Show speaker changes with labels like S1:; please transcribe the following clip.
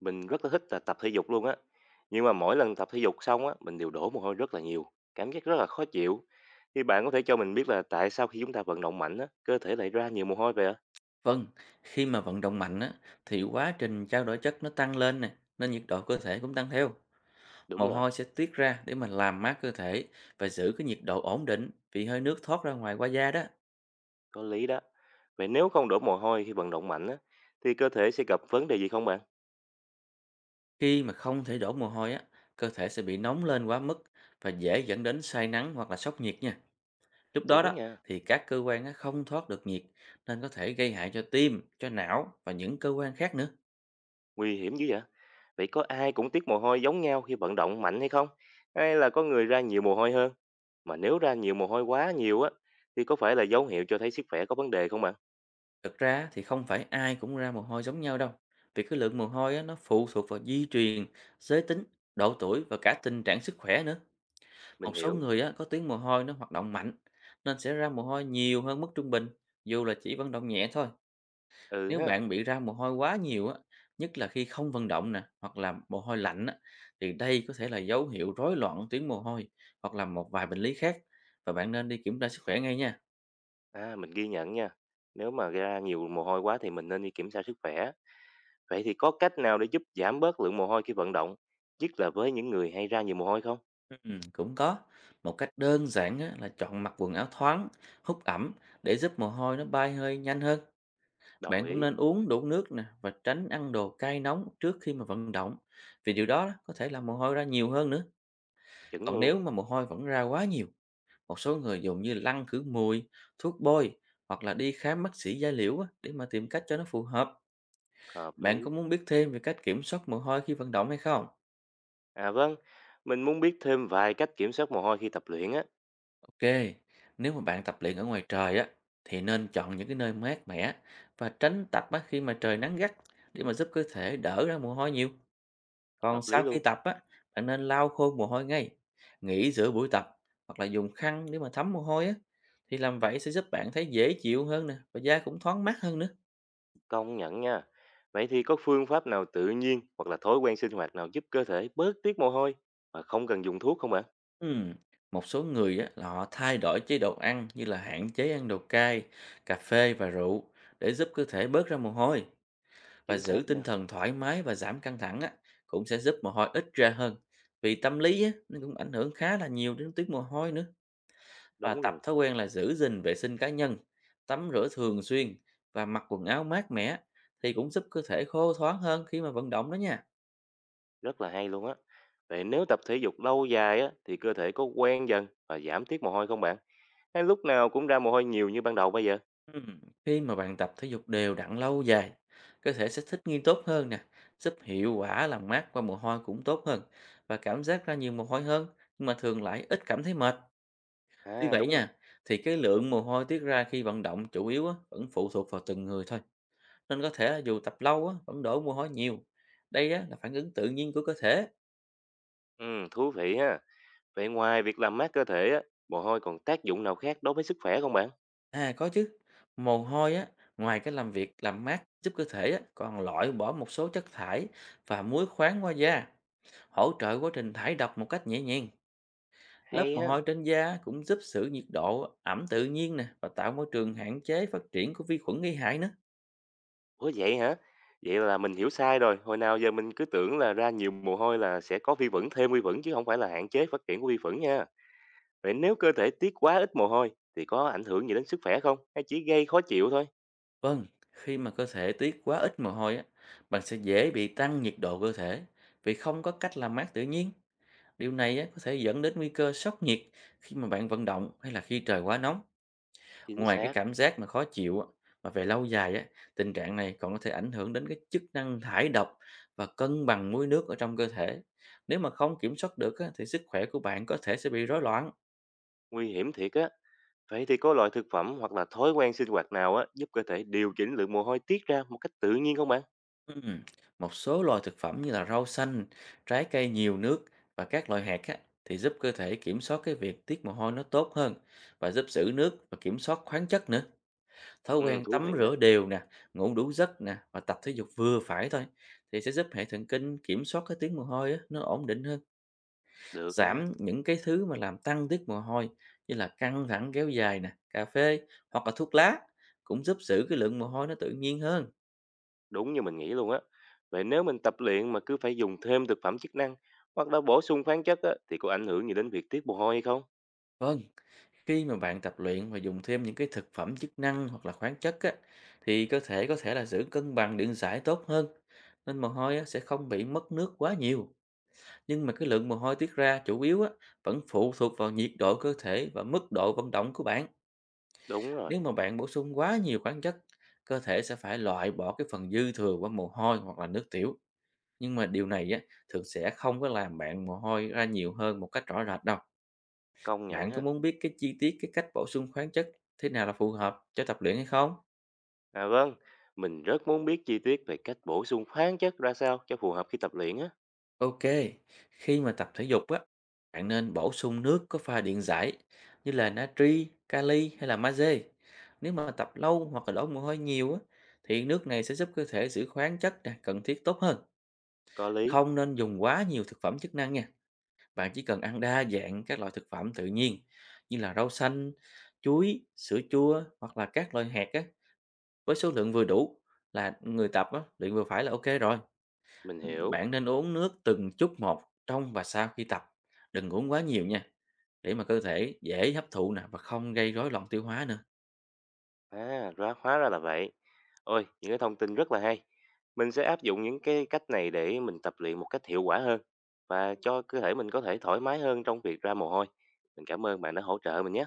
S1: Mình rất là thích là tập thể dục luôn á. Nhưng mà mỗi lần tập thể dục xong á, mình đều đổ mồ hôi rất là nhiều, cảm giác rất là khó chịu. Thì bạn có thể cho mình biết là tại sao khi chúng ta vận động mạnh á, cơ thể lại ra nhiều mồ hôi vậy ạ?
S2: Vâng, khi mà vận động mạnh á, thì quá trình trao đổi chất nó tăng lên nè, nên nhiệt độ cơ thể cũng tăng theo.
S1: Đúng
S2: Mồ
S1: rồi,
S2: hôi sẽ tiết ra để mà làm mát cơ thể và giữ cái nhiệt độ ổn định vì hơi nước thoát ra ngoài qua da đó.
S1: có lý đó. Vậy nếu không đổ mồ hôi khi vận động mạnh á, thì cơ thể sẽ gặp vấn đề gì không bạn?
S2: Khi mà không thể đổ mồ hôi á, cơ thể sẽ bị nóng lên quá mức và dễ dẫn đến say nắng hoặc là sốc nhiệt nha. Lúc đó đó
S1: Đúng nha,
S2: thì các cơ quan á, không thoát được nhiệt nên có thể gây hại cho tim, cho não và những cơ quan khác nữa.
S1: nguy hiểm dữ vậy. Vậy có ai cũng tiết mồ hôi giống nhau khi vận động mạnh hay không? Hay là có người ra nhiều mồ hôi hơn? Mà nếu ra nhiều mồ hôi quá nhiều á, thì có phải là dấu hiệu cho thấy sức khỏe có vấn đề không bạn?
S2: Thực ra thì không phải ai cũng ra mồ hôi giống nhau đâu. Vì cái lượng mồ hôi á, nó phụ thuộc vào di truyền, giới tính, độ tuổi và cả tình trạng sức khỏe nữa. Một
S1: Mình
S2: số
S1: hiểu.
S2: người á, có tuyến mồ hôi nó hoạt động mạnh nên sẽ ra mồ hôi nhiều hơn mức trung bình dù là chỉ vận động nhẹ thôi.
S1: Ừ
S2: Nếu
S1: ha.
S2: bạn bị ra mồ hôi quá nhiều á, nhất là khi không vận động nè hoặc là mồ hôi lạnh á, thì đây có thể là dấu hiệu rối loạn tuyến mồ hôi hoặc là một vài bệnh lý khác, và bạn nên đi kiểm tra sức khỏe ngay nha.
S1: À, mình ghi nhận nha. Nếu mà ra nhiều mồ hôi quá thì mình nên đi kiểm tra sức khỏe. Vậy thì có cách nào để giúp giảm bớt lượng mồ hôi khi vận động, nhất là với những người hay ra nhiều mồ hôi không?
S2: Cũng có. Một cách đơn giản á, là chọn mặc quần áo thoáng, hút ẩm để giúp mồ hôi nó bay hơi nhanh hơn.
S1: Đồng
S2: Bạn cũng
S1: ý,
S2: nên uống đủ nước nè và tránh ăn đồ cay nóng trước khi mà vận động. Vì điều đó có thể làm mồ hôi ra nhiều hơn nữa.
S1: chuẩn
S2: Còn
S1: luôn,
S2: nếu mà mồ hôi vẫn ra quá nhiều, một số người dùng như lăn khử mùi, thuốc bôi hoặc là đi khám bác sĩ da liễu á, để mà tìm cách cho nó phù hợp.
S1: hợp
S2: Bạn có
S1: lý.
S2: muốn biết thêm về cách kiểm soát mồ hôi khi vận động hay không?
S1: À vâng, mình muốn biết thêm vài cách kiểm soát mồ hôi khi tập luyện á,
S2: Ok, nếu mà bạn tập luyện ở ngoài trời á thì nên chọn những cái nơi mát mẻ và tránh tập á khi mà trời nắng gắt, để mà giúp cơ thể đỡ ra mồ hôi nhiều. Còn
S1: hợp lý
S2: sau khi
S1: luôn,
S2: tập á, bạn nên lau khô mồ hôi ngay, nghỉ giữa buổi tập hoặc là dùng khăn để mà thấm mồ hôi á, thì làm vậy sẽ giúp bạn thấy dễ chịu hơn nè và da cũng thoáng mát hơn nữa.
S1: công nhận nha. Vậy thì có phương pháp nào tự nhiên hoặc là thói quen sinh hoạt nào giúp cơ thể bớt tiết mồ hôi mà không cần dùng thuốc không ạ?
S2: Ừm, Một số người á là họ thay đổi chế độ ăn như là hạn chế ăn đồ cay, cà phê và rượu để giúp cơ thể bớt ra mồ hôi. Và
S1: Chính
S2: giữ
S1: xác
S2: tinh
S1: nha,
S2: thần thoải mái và giảm căng thẳng á, cũng sẽ giúp mồ hôi ít ra hơn. Vì tâm lý á, nó cũng ảnh hưởng khá là nhiều đến tiết mồ hôi nữa. Và
S1: đúng
S2: tập
S1: rồi.
S2: thói quen là giữ gìn vệ sinh cá nhân, tắm rửa thường xuyên và mặc quần áo mát mẻ thì cũng giúp cơ thể khô thoáng hơn khi mà vận động đó nha.
S1: Rất là hay luôn á. Vậy nếu tập thể dục lâu dài á thì cơ thể có quen dần và giảm tiết mồ hôi không bạn? Hay lúc nào cũng ra mồ hôi nhiều như ban đầu bây giờ?
S2: Ừm, Khi mà bạn tập thể dục đều đặn lâu dài, cơ thể sẽ thích nghi tốt hơn nè, giúp hiệu quả làm mát qua mồ hôi cũng tốt hơn và cảm giác ra nhiều mồ hôi hơn, nhưng mà thường lại ít cảm thấy mệt. Tuy
S1: À
S2: vậy
S1: đúng rồi.
S2: nha, thì cái lượng mồ hôi tiết ra khi vận động chủ yếu á, vẫn phụ thuộc vào từng người thôi. Nên có thể là dù tập lâu á, vẫn đổ mồ hôi nhiều. Đây á, là phản ứng tự nhiên của cơ thể.
S1: Ừ, thú vị ha. Vậy ngoài việc làm mát cơ thể á, mồ hôi còn tác dụng nào khác đối với sức khỏe không bạn?
S2: À có chứ, mồ hôi á, ngoài cái làm việc làm mát giúp cơ thể á, còn loại bỏ một số chất thải và muối khoáng qua da, hỗ trợ quá trình thải độc một cách nhẹ nhàng. Lớp
S1: Hay
S2: mồ
S1: ha.
S2: hôi trên da cũng giúp giữ nhiệt độ ẩm tự nhiên nè và tạo môi trường hạn chế phát triển của vi khuẩn gây hại nữa.
S1: Ủa vậy hả? Vậy là mình hiểu sai rồi. Hồi nào giờ mình cứ tưởng là ra nhiều mồ hôi là sẽ có vi khuẩn, thêm vi khuẩn chứ không phải là hạn chế phát triển của vi khuẩn nha. Vậy nếu cơ thể tiết quá ít mồ hôi thì có ảnh hưởng gì đến sức khỏe không? Hay chỉ gây khó chịu thôi?
S2: Vâng, khi mà cơ thể tiết quá ít mồ hôi á, bạn sẽ dễ bị tăng nhiệt độ cơ thể vì không có cách làm mát tự nhiên. Điều này á, có thể dẫn đến nguy cơ sốc nhiệt khi mà bạn vận động hay là khi trời quá nóng.
S1: Chính
S2: Ngoài cái
S1: xác.
S2: cảm giác mà khó chịu á, mà về lâu dài á, tình trạng này còn có thể ảnh hưởng đến cái chức năng thải độc và cân bằng muối nước ở trong cơ thể. Nếu mà không kiểm soát được á, thì sức khỏe của bạn có thể sẽ bị rối loạn.
S1: Nguy hiểm thiệt á. Vậy thì có loại thực phẩm hoặc là thói quen sinh hoạt nào á giúp cơ thể điều chỉnh lượng mồ hôi tiết ra một cách tự nhiên không bạn?
S2: Ừm, Một số loại thực phẩm như là rau xanh, trái cây nhiều nước và các loại hạt á, thì giúp cơ thể kiểm soát cái việc tiết mồ hôi nó tốt hơn và giúp giữ nước và kiểm soát khoáng chất nữa. Thói
S1: Ừ,
S2: quen
S1: thú
S2: tắm
S1: vị á.
S2: rửa đều nè, ngủ đủ giấc nè và tập thể dục vừa phải thôi thì sẽ giúp hệ thần kinh kiểm soát cái tiết mồ hôi á, nó ổn định hơn,
S1: Được nha.
S2: giảm những cái thứ mà làm tăng tiết mồ hôi như là căng thẳng kéo dài nè, cà phê hoặc là thuốc lá, cũng giúp giữ cái lượng mồ hôi nó tự nhiên hơn.
S1: Đúng như mình nghĩ luôn á. Vậy nếu mình tập luyện mà cứ phải dùng thêm thực phẩm chức năng hoặc là bổ sung khoáng chất á thì có ảnh hưởng gì đến việc tiết mồ hôi hay không?
S2: Vâng. Khi mà bạn tập luyện và dùng thêm những cái thực phẩm chức năng hoặc là khoáng chất á, thì cơ thể có thể là giữ cân bằng điện giải tốt hơn. Nên mồ hôi á, sẽ không bị mất nước quá nhiều. Nhưng mà cái lượng mồ hôi tiết ra chủ yếu á, vẫn phụ thuộc vào nhiệt độ cơ thể và mức độ vận động của bạn.
S1: Đúng rồi,
S2: Nếu mà bạn bổ sung quá nhiều khoáng chất, cơ thể sẽ phải loại bỏ cái phần dư thừa qua mồ hôi hoặc là nước tiểu. Nhưng mà điều này á, thường sẽ không có làm bạn mồ hôi ra nhiều hơn một cách rõ rệt đâu.
S1: công nhận
S2: Bạn có
S1: ha.
S2: muốn biết cái chi tiết cái cách bổ sung khoáng chất thế nào là phù hợp cho tập luyện hay không?
S1: À vâng, mình rất muốn biết chi tiết về cách bổ sung khoáng chất ra sao cho phù hợp khi tập luyện á.
S2: Ok, khi mà tập thể dục á, bạn nên bổ sung nước có pha điện giải như là natri, kali hay là magie. Nếu mà tập lâu hoặc là đổ mồ hôi nhiều á, thì nước này sẽ giúp cơ thể giữ khoáng chất nè, cần thiết tốt hơn.
S1: Có lý,
S2: Không nên dùng quá nhiều thực phẩm chức năng nha. Bạn chỉ cần ăn đa dạng các loại thực phẩm tự nhiên như là rau xanh, chuối, sữa chua hoặc là các loại hạt á, với số lượng vừa đủ, là người tập á, luyện vừa phải là OK rồi.
S1: mình hiểu.
S2: Bạn nên uống nước từng chút một trong và sau khi tập, đừng uống quá nhiều nha, để mà cơ thể dễ hấp thụ nè và không gây rối loạn tiêu hóa nữa.
S1: À, ra hóa ra là vậy. Ôi, những cái thông tin rất là hay. Mình sẽ áp dụng những cái cách này để mình tập luyện một cách hiệu quả hơn và cho cơ thể mình có thể thoải mái hơn trong việc ra mồ hôi. Mình cảm ơn bạn đã hỗ trợ mình nhé.